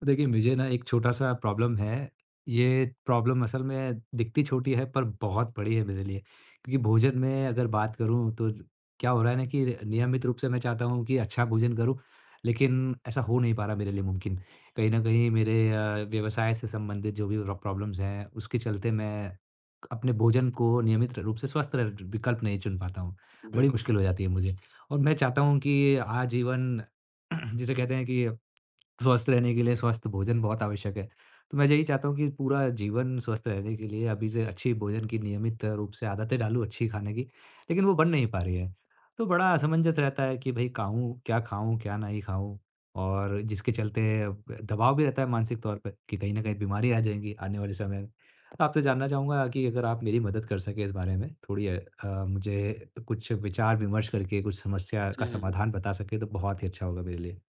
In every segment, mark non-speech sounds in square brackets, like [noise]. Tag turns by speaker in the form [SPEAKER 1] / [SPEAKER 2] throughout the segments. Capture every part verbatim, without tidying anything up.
[SPEAKER 1] तो देखिए, मुझे ना एक छोटा-सा प्रॉब्लम है। ये प्रॉब्लम असल में दिखती छोटी है पर बहुत बड़ी है मेरे लिए। क्योंकि भोजन में अगर बात करूँ तो ज क्या हो रहा है ना कि नियमित रूप से मैं चाहता हूँ कि अच्छा भोजन करूँ, लेकिन ऐसा हो नहीं पा रहा मेरे लिए मुमकिन। कहीं न कहीं मेरे अ, व्यवसाय से संबंधित जो भी र प्रॉब्लम्स हैं, उसके चलते मैं अपने भोजन को नियमित रूप से स्वस्थ र विकल्प नहीं चुन पाता हूँ। बड़ी
[SPEAKER 2] बिल्कुल।
[SPEAKER 1] मुश्किल हो जाती है मुझे और मैं चाहता हूँ कि आजीवन [clears throat] जिसे कहते हैं कि स्वस्थ रहने के लिए स्वस्थ भोजन बहुत आवश्यक है। तो मैं यही चाहता हूँ कि पूरा जीवन स्वस्थ रहने के लिए अभी से अच्छी भोजन की नियमित रूप से आदतें डालूँ अच्छी खाने की, लेकिन वो बन नहीं पा रही है। तो बड़ा असमंजस रहता है कि भई खाऊँ क्या खाऊँ, क्या नहीं खाऊँ? और जिसके चलते दबाव भी रहता है मानसिक तौर पे कि कहीं न कहीं बीमारी आ जाएँगी आने वाले समय में। तो आपसे जानना चाहूँगा कि अगर आप मेरी मदद कर सकें इस बारे में थोड़ी अ अ, मुझे कुछ विचार विमर्श करके कुछ समस्या
[SPEAKER 2] हुँ,
[SPEAKER 1] का
[SPEAKER 2] हुँ, हुँ।
[SPEAKER 1] समाधान बता सकें तो बहुत ही अच्छा होगा मेरे लिए।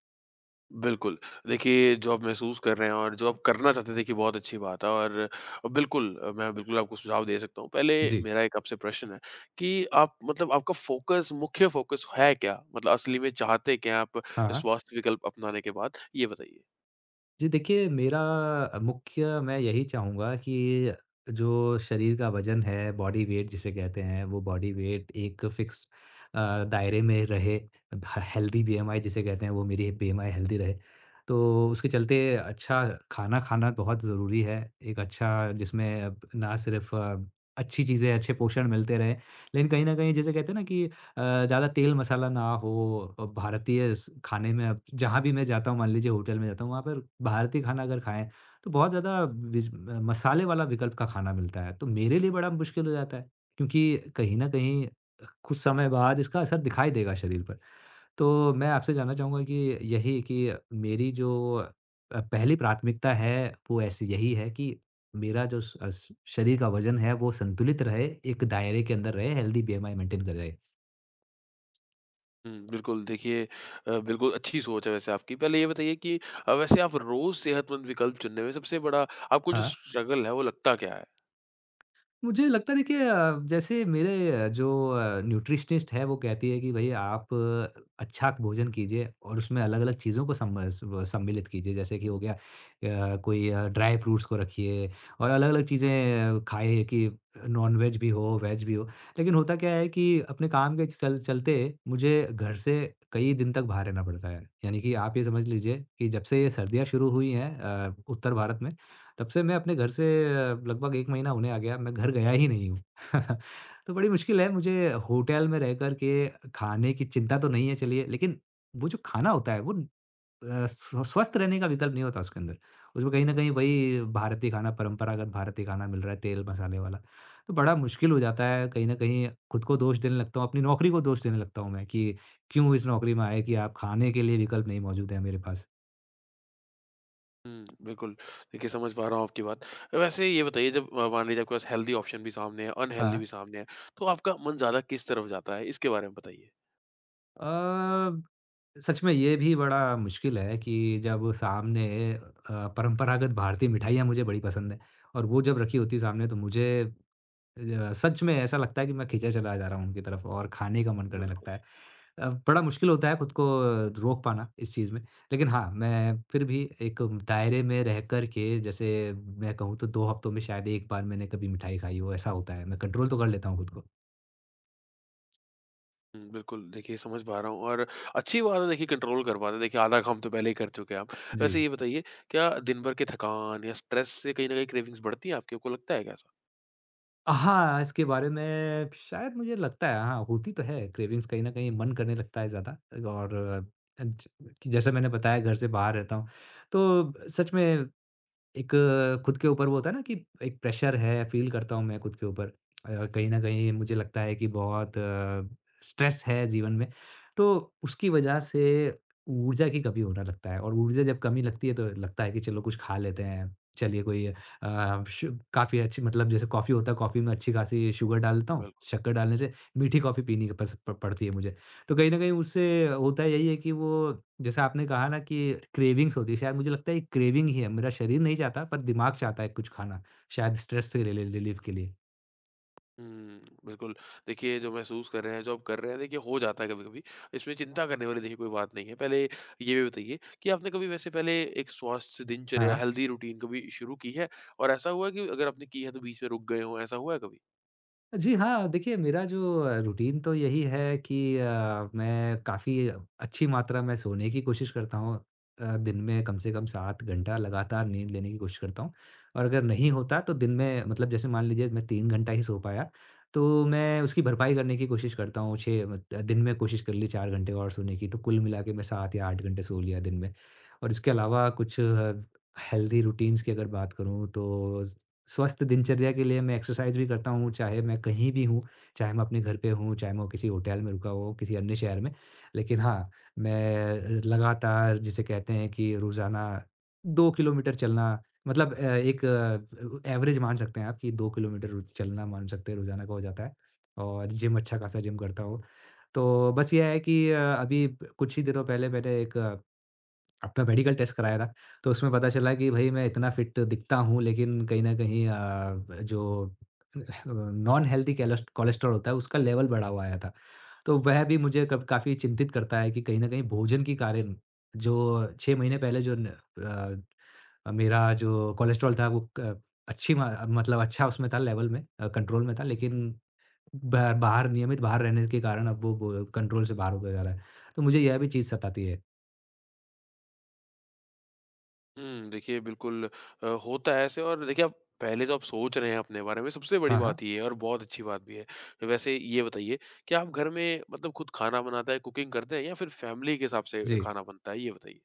[SPEAKER 2] बिल्कुल। देखिए, जो आप महसूस कर रहे हैं और जो आप करना चाहते हैं, देखिए बहुत अच्छी बात है। और बिल्कुल, मैं बिल्कुल आपको सुझाव दे सकता हूँ। पहले
[SPEAKER 1] जी।
[SPEAKER 2] मेरा एक आपसे प्रश्न है कि आप, मतलब, आपका फ़ोकस मुख्य फ़ोकस है क्या? मतलब असली में चाहते क्या आप
[SPEAKER 1] हाँ। हाँ।
[SPEAKER 2] स्वास्थ्य विकल्प अपनाने के बाद? ये बताइए।
[SPEAKER 1] जी देखिए, मेरा मुख्य मैं यही चाहूँगा कि जो शरीर का वज़न है, बॉडी वेट जिसे कहते हैं, वो बॉडी वेट एक फ़िक्स अ, दायरे में रहे। ह हेल्दी बीएमआई जिसे कहते हैं, वो मेरी बीएमआई हेल्दी रहे। तो उसके चलते अच्छा खाना खाना बहुत ज़रूरी है। एक अच्छा जिसमें अब ना सिर्फ़ अच्छी चीज़ें, अच्छे पोषण मिलते रहें, लेकिन कहीं न कहीं जिसे कहते हैं ना कि अ, ज़्यादा तेल मसाला ना हो। अ, भारतीय स खाने में अब जहाँ भी मैं जाता हूँ मान लीजिए होटल में जाता हूँ, वहाँ पर भारतीय खाना अगर खाएँ, तो बहुत ज़्यादा विज अ, मसाले वाला विकल्प का खाना मिलता है। तो मेरे लिए बड़ा मुश्किल हो जाता है, क्योंकि कहीं न कहीं अ, कुछ समय बाद इसका असर दिखाई देगा शरीर पर। तो मैं आपसे जानना चाहूँगा कि यही कि मेरी जो अ, पहली प्राथमिकता है, वो ऐसी यही है कि मेरा जो स अस शरीर का वज़न है, वो संतुलित रहे, एक दायरे के अंदर रहे, हेल्दी बीएमआई मेंटेन करे।
[SPEAKER 2] हुँ, बिल्कुल। देखिए, अ, बिल्कुल अच्छी सोच है वैसे आपकी। पहले ये बताइए कि अ, वैसे आप रोज़ सेहतमंद विकल्प चुनने में सबसे बड़ा आपको जो
[SPEAKER 1] हाँ।
[SPEAKER 2] स्ट्रगल है, वो लगता क्या है?
[SPEAKER 1] मुझे लगता है देखिए अ, जैसे मेरे अ, जो अ, न्यूट्रिशनिस्ट है वो कहती है कि भई आप अ, अच्छा भोजन कीजिए और उसमें अलग-अलग चीज़ों को सम अ, स सम्मिलित कीजिए। जैसे कि हो गया अ, कोई अ, ड्राई फ्रूट्स को रखिए और अलग-अलग चीज़ें खाइए कि नॉन-वेज भी हो, वेज भी हो। लेकिन होता क्या है कि अपने काम के चल चलते मुझे घर से कई दिन तक बाहर रहना पड़ता है। यानी कि आप ये समझ लीजिए कि जब से ये सर्दियाँ शुरू हुई हैं अ, उत्तर भारत में तब से मैं अपने घर से अ, लगभग एक महीना होने आ गया, मैं घर गया ही नहीं हूँ। [laughs] तो बड़ी मुश्किल है मुझे होटल में रह कर के खाने की चिंता तो नहीं है चलिए, लेकिन वो जो खाना होता है वो अ, स्व स्वस्थ रहने का विकल्प नहीं होता उसके अंदर। उसमें कहीं न कहीं वही भारतीय खाना, परंपरागत भारतीय खाना मिल रहा है, तेल मसाले वाला। तो बड़ा मुश्किल हो जाता है कहीं न कहीं खुद को दोष देने लगता हूँ, अपनी नौकरी को दोष देने लगता हूँ मैं कि क्यों इस नौकरी में आए कि आप खाने के लिए विकल्प नहीं मौजूद है मेरे पास।
[SPEAKER 2] हुँ, बिल्कुल। देखिए, समझ पा रहा हूँ आपकी बात। वैसे ये बताइए, जब अ, मान लीजिए आपके पास हेल्दी ऑप्शन भी सामने है, अनहेल्दी
[SPEAKER 1] हाँ।
[SPEAKER 2] भी सामने है, तो आपका मन ज़्यादा किस तरफ जाता है? इसके बारे में बताइए।
[SPEAKER 1] अ सच में ये भी बड़ा मुश्किल है कि जब सामने अ, परंपरागत भारतीय मिठाइयाँ मुझे बड़ी पसंद हैं और वो जब रखी होती है सामने तो मुझे अ, सच में ऐसा लगता है कि मैं खींचा चला जा रहा हूँ उनकी तरफ और खाने का मन करने
[SPEAKER 2] बिल्कुल।
[SPEAKER 1] लगता है। अ, बड़ा मुश्किल होता है खुद को रोक पाना इस चीज़ में। लेकिन हाँ, मैं फिर भी एक दायरे में रह कर के जैसे मैं कहूँ तो दो हफ्तों में शायद एक बार मैंने कभी मिठाई खाई हो, ऐसा होता है। मैं कंट्रोल तो कर लेता हूँ खुद को।
[SPEAKER 2] हुँ, बिल्कुल। देखिए, समझ पा रहा हूँ। और अच्छी बात है, देखिए कंट्रोल कर पाते हैं। देखिए, आधा काम तो पहले ही कर चुके हैं आप।
[SPEAKER 1] जी।
[SPEAKER 2] वैसे ये बताइए, क्या दिन भर के थकान या स्ट्रेस से कहीं न कहीं क्रेविंग्स बढ़ती है आपकी? आपको लगता है क्या ऐसा?
[SPEAKER 1] हाँ, इसके बारे में शायद मुझे लगता है हाँ, होती तो है क्रेविंग्स कहीं न कहीं मन करने लगता है ज़्यादा और अ, ज कि जैसा मैंने बताया घर से बाहर रहता हूँ, तो सच में एक अ, खुद के ऊपर वो होता है ना कि एक प्रेशर है, फ़ील करता हूँ मैं खुद के ऊपर। अ, कहीं न कहीं मुझे लगता है कि बहुत स्ट्रेस है जीवन में, तो उसकी वजह से ऊर्जा की कमी होने लगता है और ऊर्जा जब कमी लगती है, तो लगता है कि चलो कुछ खा लेते हैं। चलिए कोई अ, शु काफ़ी अच्छी मतलब जैसे कॉफ़ी होता है, कॉफ़ी में अच्छी-खासी शुगर डाल देता हूँ।
[SPEAKER 2] बिल
[SPEAKER 1] शक्कर डालने से मीठी कॉफ़ी पीनी पस प पड़ती है मुझे। तो कहीं न कहीं उससे होता यही है कि वो जैसा आपने कहा ना कि क्रेविंग्स होती है, शायद मुझे लगता है ये क्रेविंग ही है, मेरा शरीर नहीं चाहता पर दिमाग चाहता है कुछ खाना, शायद स्ट्रेस से रिले रिलीफ़ के लिए।
[SPEAKER 2] हुँ, बिल्कुल। देखिए, जो महसूस कर रहे हैं, जो आप कर रहे हैं, देखिए हो जाता है कभी-कभी। इसमें चिंता करने वाली देखिए कोई बात नहीं है। पहले ये भी बताइए कि आपने कभी वैसे पहले एक स्वास्थ्य दिनचर्या,
[SPEAKER 1] हाँ,
[SPEAKER 2] हेल्दी रूटीन कभी शुरू की है? और ऐसा हुआ है कि अगर आपने की है तो बीच में रुक गए हों, ऐसा हुआ है कभी?
[SPEAKER 1] जी हाँ, देखिए मेरा जो अ, रूटीन तो यही है कि अ, मैं काफ़ी अच्छी मात्रा में सोने की कोशिश करता हूँ। अ, दिन में कम से कम सात घंटा लगातार नींद लेने की कोशिश करता हूँ और अगर नहीं होता तो दिन में मतलब जैसे मान लीजिए मैं तीन घंटा ही सो पाया, तो मैं उसकी भरपाई करने की कोशिश करता हूँ छह मत दिन में कोशिश कर ली चार घंटे और सोने की, तो कुल मिला के मैं सात या आठ घंटे सो लिया दिन में। और इसके अलावा कुछ अ, हेल्दी रूटीन्स की अगर बात करूँ तो स्वस्थ दिनचर्या के लिए मैं एक्सरसाइज़ भी करता हूँ, चाहे मैं कहीं भी हूँ, चाहे मैं अपने घर पे हूँ, चाहे मैं किसी होटल में रुका हूँ, किसी अन्य शहर में। लेकिन हाँ, मैं लगातार जिसे कहते हैं कि रोज़ाना दो किलोमीटर चलना मतलब अ, एक अ, एवरेज मान सकते हैं आप कि दो किलोमीटर रोज़ चलना मान सकते हैं रोज़ाना का हो जाता है और जिम अच्छा खासा जिम करता हूँ। तो बस ये है कि अ, अभी कुछ ही दिनों पहले मैंने एक अपना मेडिकल टेस्ट कराया था, तो उसमें पता चला कि भई मैं इतना फिट दिखता हूँ लेकिन कहीं न कहीं अ, जो नॉन हेल्दी कैलस कोलेस्ट्रॉल होता है उसका लेवल बढ़ा हुआ आया था। तो वह भी मुझे कब काफ़ी चिंतित करता है कि कहीं न कहीं भोजन के कारण जो छह महीने पहले जो न अ, मेरा जो कोलेस्ट्रॉल था वो क अच्छी म मतलब अच्छा उसमें था लेवल में अ, कंट्रोल में था लेकिन ब बाहर नियमित बाहर रहने के कारण अब वो ब कंट्रोल से बाहर होता जा रहा है। तो मुझे यह भी चीज़ सताती है।
[SPEAKER 2] हुँ, देखिए बिल्कुल। अ, होता है ऐसे। और देखिए आप पहले तो आप सोच रहे हैं अपने बारे में, सबसे बड़ी
[SPEAKER 1] हाँ, हाँ।
[SPEAKER 2] बात ये है और बहुत अच्छी बात भी है। वैसे ये बताइए कि आप घर में, मतलब, खुद खाना बनाते हैं, कुकिंग करते हैं या फिर फैमिली के हिसाब से
[SPEAKER 1] जी।
[SPEAKER 2] खाना बनता है? ये बताइए।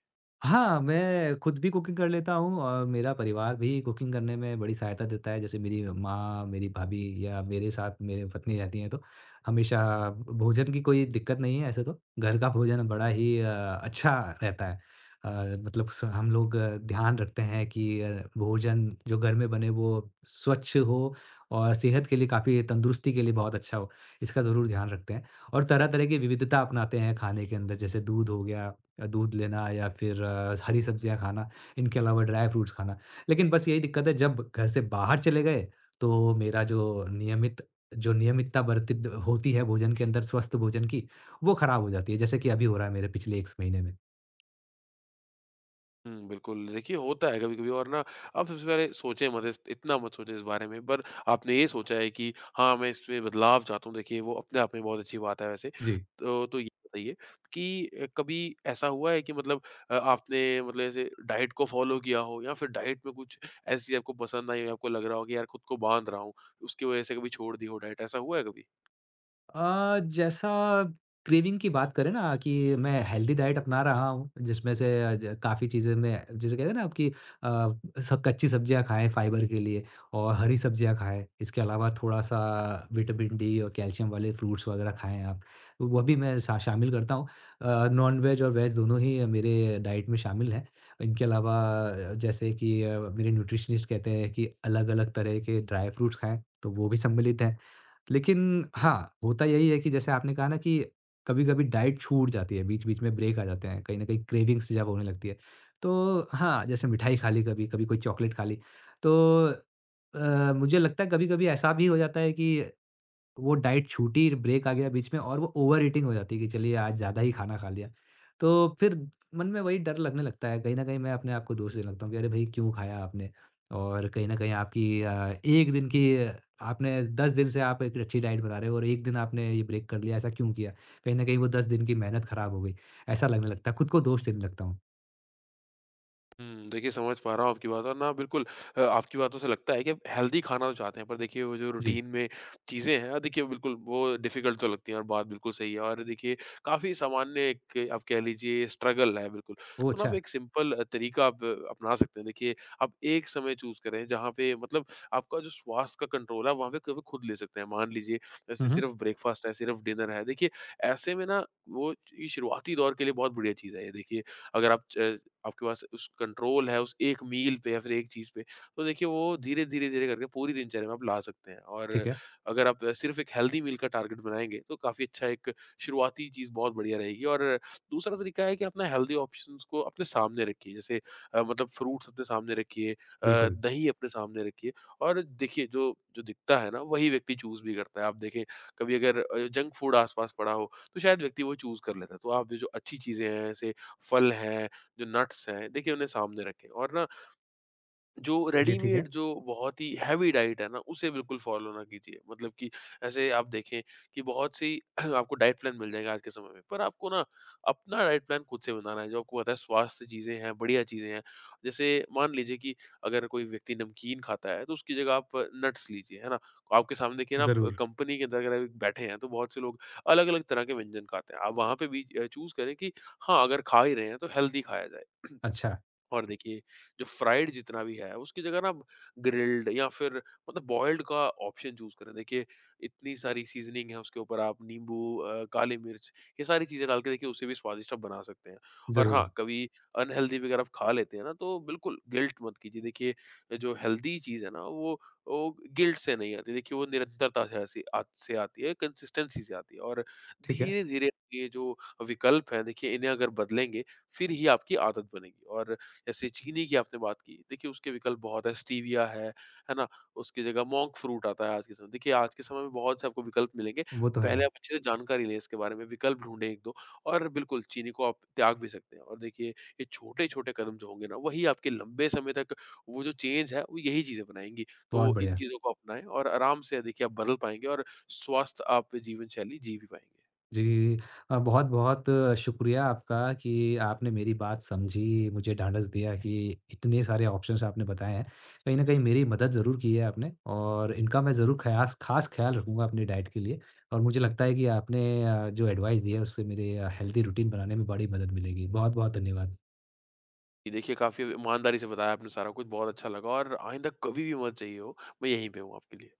[SPEAKER 1] हाँ, मैं खुद भी कुकिंग कर लेता हूँ और मेरा परिवार भी कुकिंग करने में बड़ी सहायता देता है। जैसे मेरी माँ, मेरी भाभी या मेरे साथ मेरी पत्नी रहती हैं तो हमेशा भोजन की कोई दिक्कत नहीं है ऐसे तो। घर का भोजन बड़ा ही अ, अच्छा रहता है। अ, मतलब स हम लोग अ, ध्यान रखते हैं कि अ, भोजन जो घर में बने वो स्वच्छ हो और सेहत के लिए काफ़ी तंदुरुस्ती के लिए बहुत अच्छा हो, इसका ज़रूर ध्यान रखते हैं। और तरह-तरह की विविधता अपनाते हैं खाने के अंदर जैसे दूध हो गया या दूध लेना या फिर अ, हरी सब्जियाँ खाना, इनके अलावा ड्राई फ्रूट्स खाना। लेकिन बस यही दिक्कत है जब घर से बाहर चले गए, तो मेरा जो नियमित जो नियमितता बरतित होती है भोजन के अंदर स्वस्थ भोजन की, वो खराब हो जाती है, जैसे कि अभी हो रहा है मेरे पिछले एक महीने में।
[SPEAKER 2] हुँ, बिल्कुल। देखिए, होता है कभी-कभी। और ना आप सबसे पहले सोचें मत, इस इतना मत सोचें इस बारे में, पर आपने ये सोचा है कि हाँ, मैं इसमें बदलाव चाहता हूँ, देखिए वो अपने आप में बहुत अच्छी बात है वैसे।
[SPEAKER 1] जी।
[SPEAKER 2] तो तो ये बताइए कि अ, कभी ऐसा हुआ है कि मतलब अ, आपने मतलब ऐसे डाइट को फ़ॉलो किया हो या फिर डाइट में कुछ ऐसी चीज़ आपको पसंद आई हो, आपको लग रहा हो कि यार खुद को बाँध रहा हूँ, उसकी वजह से कभी छोड़ दी हो डाइट, ऐसा हुआ है कभी?
[SPEAKER 1] अ, जैसा क्रेविंग की बात करें ना कि मैं हेल्दी डाइट अपना रहा हूँ जिसमें से ज काफ़ी चीज़ें मैं जैसे कहते हैं ना आपकी अ, सब कच्ची सब्जियाँ खाएँ फाइबर के लिए और हरी सब्जियाँ खाएँ। इसके अलावा थोड़ा-सा विटामिन डी और कैल्शियम वाले फ्रूट्स वगैरह खाएँ आप। वो भी मैं शा शामिल करता हूँ। अ, नॉन-वेज और वेज दोनों ही मेरे डाइट में शामिल हैं। इनके अलावा अ, जैसे कि अ, मेरे न्यूट्रिशनिस्ट कहते हैं कि अलग-अलग तरह के ड्राई फ्रूट्स खाएँ, तो वो भी सम्मिलित हैं। लेकिन हाँ, होता यही है कि जैसे आपने कहा ना कि कभी-कभी डाइट छूट जाती है, बीच-बीच में ब्रेक आ जाते हैं, कहीं न कहीं क्रेविंग्स जब होने लगती है। तो हाँ, जैसे मिठाई खा ली कभी, कभी कोई चॉकलेट खा ली। तो अ, मुझे लगता है कभी-कभी ऐसा भी हो जाता है कि तो वो डाइट छूटी, ब्रेक आ गया बीच में और वो ओवर-ईटिंग हो जाती है कि चलिए आज ज़्यादा ही खाना खा लिया। तो फिर मन में वही डर लगने लगता है, कहीं न कहीं मैं अपने आप को दोष देने लगता हूँ कि अरे भई क्यों खाया आपने? और कहीं न कहीं आपकी अ, एक दिन की आ, आपने दस दिन से आप एक अच्छी डाइट बना रहे हो और एक दिन आपने ये ब्रेक कर लिया, ऐसा क्यों किया? कहीं न कहीं वो दस दिन की मेहनत खराब हो गई, ऐसा लगने लगता है, खुद को दोष देने लगता हूँ।
[SPEAKER 2] हुँ, देखिए समझ पा रहा हूँ आपकी बात। और ना बिल्कुल, अ, आपकी बातों से लगता है कि आप हेल्दी खाना तो चाहते हैं, पर देखिए वो जो
[SPEAKER 1] जी।
[SPEAKER 2] रूटीन में चीज़ें हैं, देखिए बिल्कुल वो डिफ़िकल्ट तो लगती हैं और बात बिल्कुल सही है। और देखिए काफ़ी सामान्य एक आप कह लीजिए स्ट्रगल है बिल्कुल।
[SPEAKER 1] ओह
[SPEAKER 2] तो ना आप
[SPEAKER 1] अच्छा!
[SPEAKER 2] एक सिंपल तरीका आप अ, अपना सकते हैं। देखिए आप एक समय चूज़ करें जहाँ पे, मतलब, आपका जो स्वास्थ्य का कंट्रोल है, वहाँ पे केवल खुद ले सकते हैं। मान लीजिए, जैसे
[SPEAKER 1] हुँ, हुँ,
[SPEAKER 2] सिर्फ़ ब्रेकफ़ास्ट है, सिर्फ़ डिनर है, देखिए ऐसे में ना, वो, ये शुरुआती दौर के लिए बहुत बढ़िया चीज़ है ये। देखिए अगर आप च आपके पास उस कंट्रोल है उस एक मील पे या फिर एक चीज़ पे, तो देखिए वो धीरे-धीरे, धीरे धीरे करके पूरी दिनचर्या में आप ला सकते हैं। और
[SPEAKER 1] ठीक है,
[SPEAKER 2] अगर आप सिर्फ़ एक हेल्दी मील का टारगेट बनाएँगे, तो काफ़ी अच्छा एक शुरुआती चीज़ बहुत बढ़िया रहेगी। और दूसरा तरीका है कि अपना हेल्दी ऑप्शंस को अपने सामने रखिए, जैसे अ, मतलब फ्रूट्स अपने सामने रखिए, अ,
[SPEAKER 1] बिल्कुल।
[SPEAKER 2] दही अपने सामने रखिए। और देखिए जो जो दिखता है ना, वही व्यक्ति चूज़ भी करता है। आप देखें, कभी अगर अ, जंक फूड आस-पास पड़ा हो, तो शायद व्यक्ति वो चूज़ कर लेता है। तो आप ये जो अच्छी चीज़ें हैं, जैसे फल हैं, जो नट्स हैं, देखिए उन्हें सामने रखें। और ना जो
[SPEAKER 1] जी ठीक है,
[SPEAKER 2] रेडीमेड, जो बहुत ही हैवी डाइट है ना, उसे बिल्कुल फॉलो ना कीजिए, मतलब कि ऐसे आप देखें कि बहुत सी [clears throat] आपको डाइट प्लान मिल जाएगा आज के समय में, पर आपको ना अपना डाइट प्लान खुद से बनाना है, जो आपको पता है स्वास्थ्य चीज़ें हैं, बढ़िया चीज़ें हैं। जैसे मान लीजिए कि अगर कोई व्यक्ति नमकीन खाता है तो उसकी जगह आप नट्स लीजिए, है ना? तो आपके सामने देखिए ना,
[SPEAKER 1] ज़रूर।
[SPEAKER 2] कंपनी के अंदर अगर आप बैठे हैं तो बहुत से लोग अलग अलग तरह के व्यंजन खाते हैं, आप वहाँ पे भी चूज़ करें कि हाँ, अगर खा ही रहे हैं तो हेल्दी खाया जाए। [clears throat]
[SPEAKER 1] अच्छा,
[SPEAKER 2] और देखिए जो फ्राइड जितना भी है उसकी जगह ना ग्रिल्ड या फिर, मतलब, बॉइल्ड का ऑप्शन चूज करें। देखिए इतनी सारी सीजनिंग है, उसके ऊपर आप नींबू, अ, काली मिर्च, ये सारी चीजें डाल के देखिए उसे भी स्वादिष्ट आप बना सकते हैं। और हाँ,
[SPEAKER 1] ज़रूर।
[SPEAKER 2] कभी अनहेल्दी वगैरह आप खा लेते हैं ना, तो बिल्कुल गिल्ट मत कीजिए। देखिए जो हेल्दी चीज है ना, वो वो गिल्ट से नहीं आती। देखिए वो निरंतरता से, ऐसी आत- से आती है, कंसिस्टेंसी से आती है। और
[SPEAKER 1] ठीक है,
[SPEAKER 2] धीरे धीरे ये जो विकल्प है देखिए इन्हें अगर बदलेंगे फिर ही आपकी आदत बनेगी। और जैसे चीनी की आपने बात की, देखिए उसके विकल्प बहुत हैं, स्टीविया है, है ना? उसकी जगह मोंक फ्रूट आता है आज के समय। देखिए आज के समय में बहुत से आपको विकल्प मिलेंगे।
[SPEAKER 1] वो तो है।
[SPEAKER 2] पहले आप अच्छे से जानकारी लें इसके बारे में, विकल्प ढूँढें एक दो। और बिल्कुल चीनी को आप त्याग भी सकते हैं। और देखिए ये छोटे-छोटे कदम जो होंगे ना, वही आपके लंबे समय तक वो जो चेंज है, वो यही चीज़ें बनाएँगी।
[SPEAKER 1] बहुत
[SPEAKER 2] तो इन
[SPEAKER 1] बढ़िया।
[SPEAKER 2] चीज़ों को अपनाएँ और आराम से देखिए आप बदल पाएँगे। और स्वस्थ आप जीवन शैली जी भी पाएँगे।
[SPEAKER 1] जी, अ, बहुत-बहुत शुक्रिया आपका कि आपने मेरी बात समझी, मुझे ढाँढस दिया कि इतने सारे ऑप्शंस आपने बताए हैं। कहीं न कहीं मेरी मदद ज़रूर की है आपने और इनका मैं ज़रूर ख़यास ख़ास ख़्याल रखूँगा अपनी डाइट के लिए और मुझे लगता है कि आपने अ, जो एडवाइस दी है उससे मेरे अ, हेल्दी रूटीन बनाने में बड़ी मदद मिलेगी। बहुत-बहुत धन्यवाद।
[SPEAKER 2] जी, देखिए काफ़ी ईमानदारी से बताया आपने सारा कुछ, बहुत अच्छा लगा। और आइंदा कभी भी मदद चाहिए हो, मैं यहीं पे हूँ आपके लिए।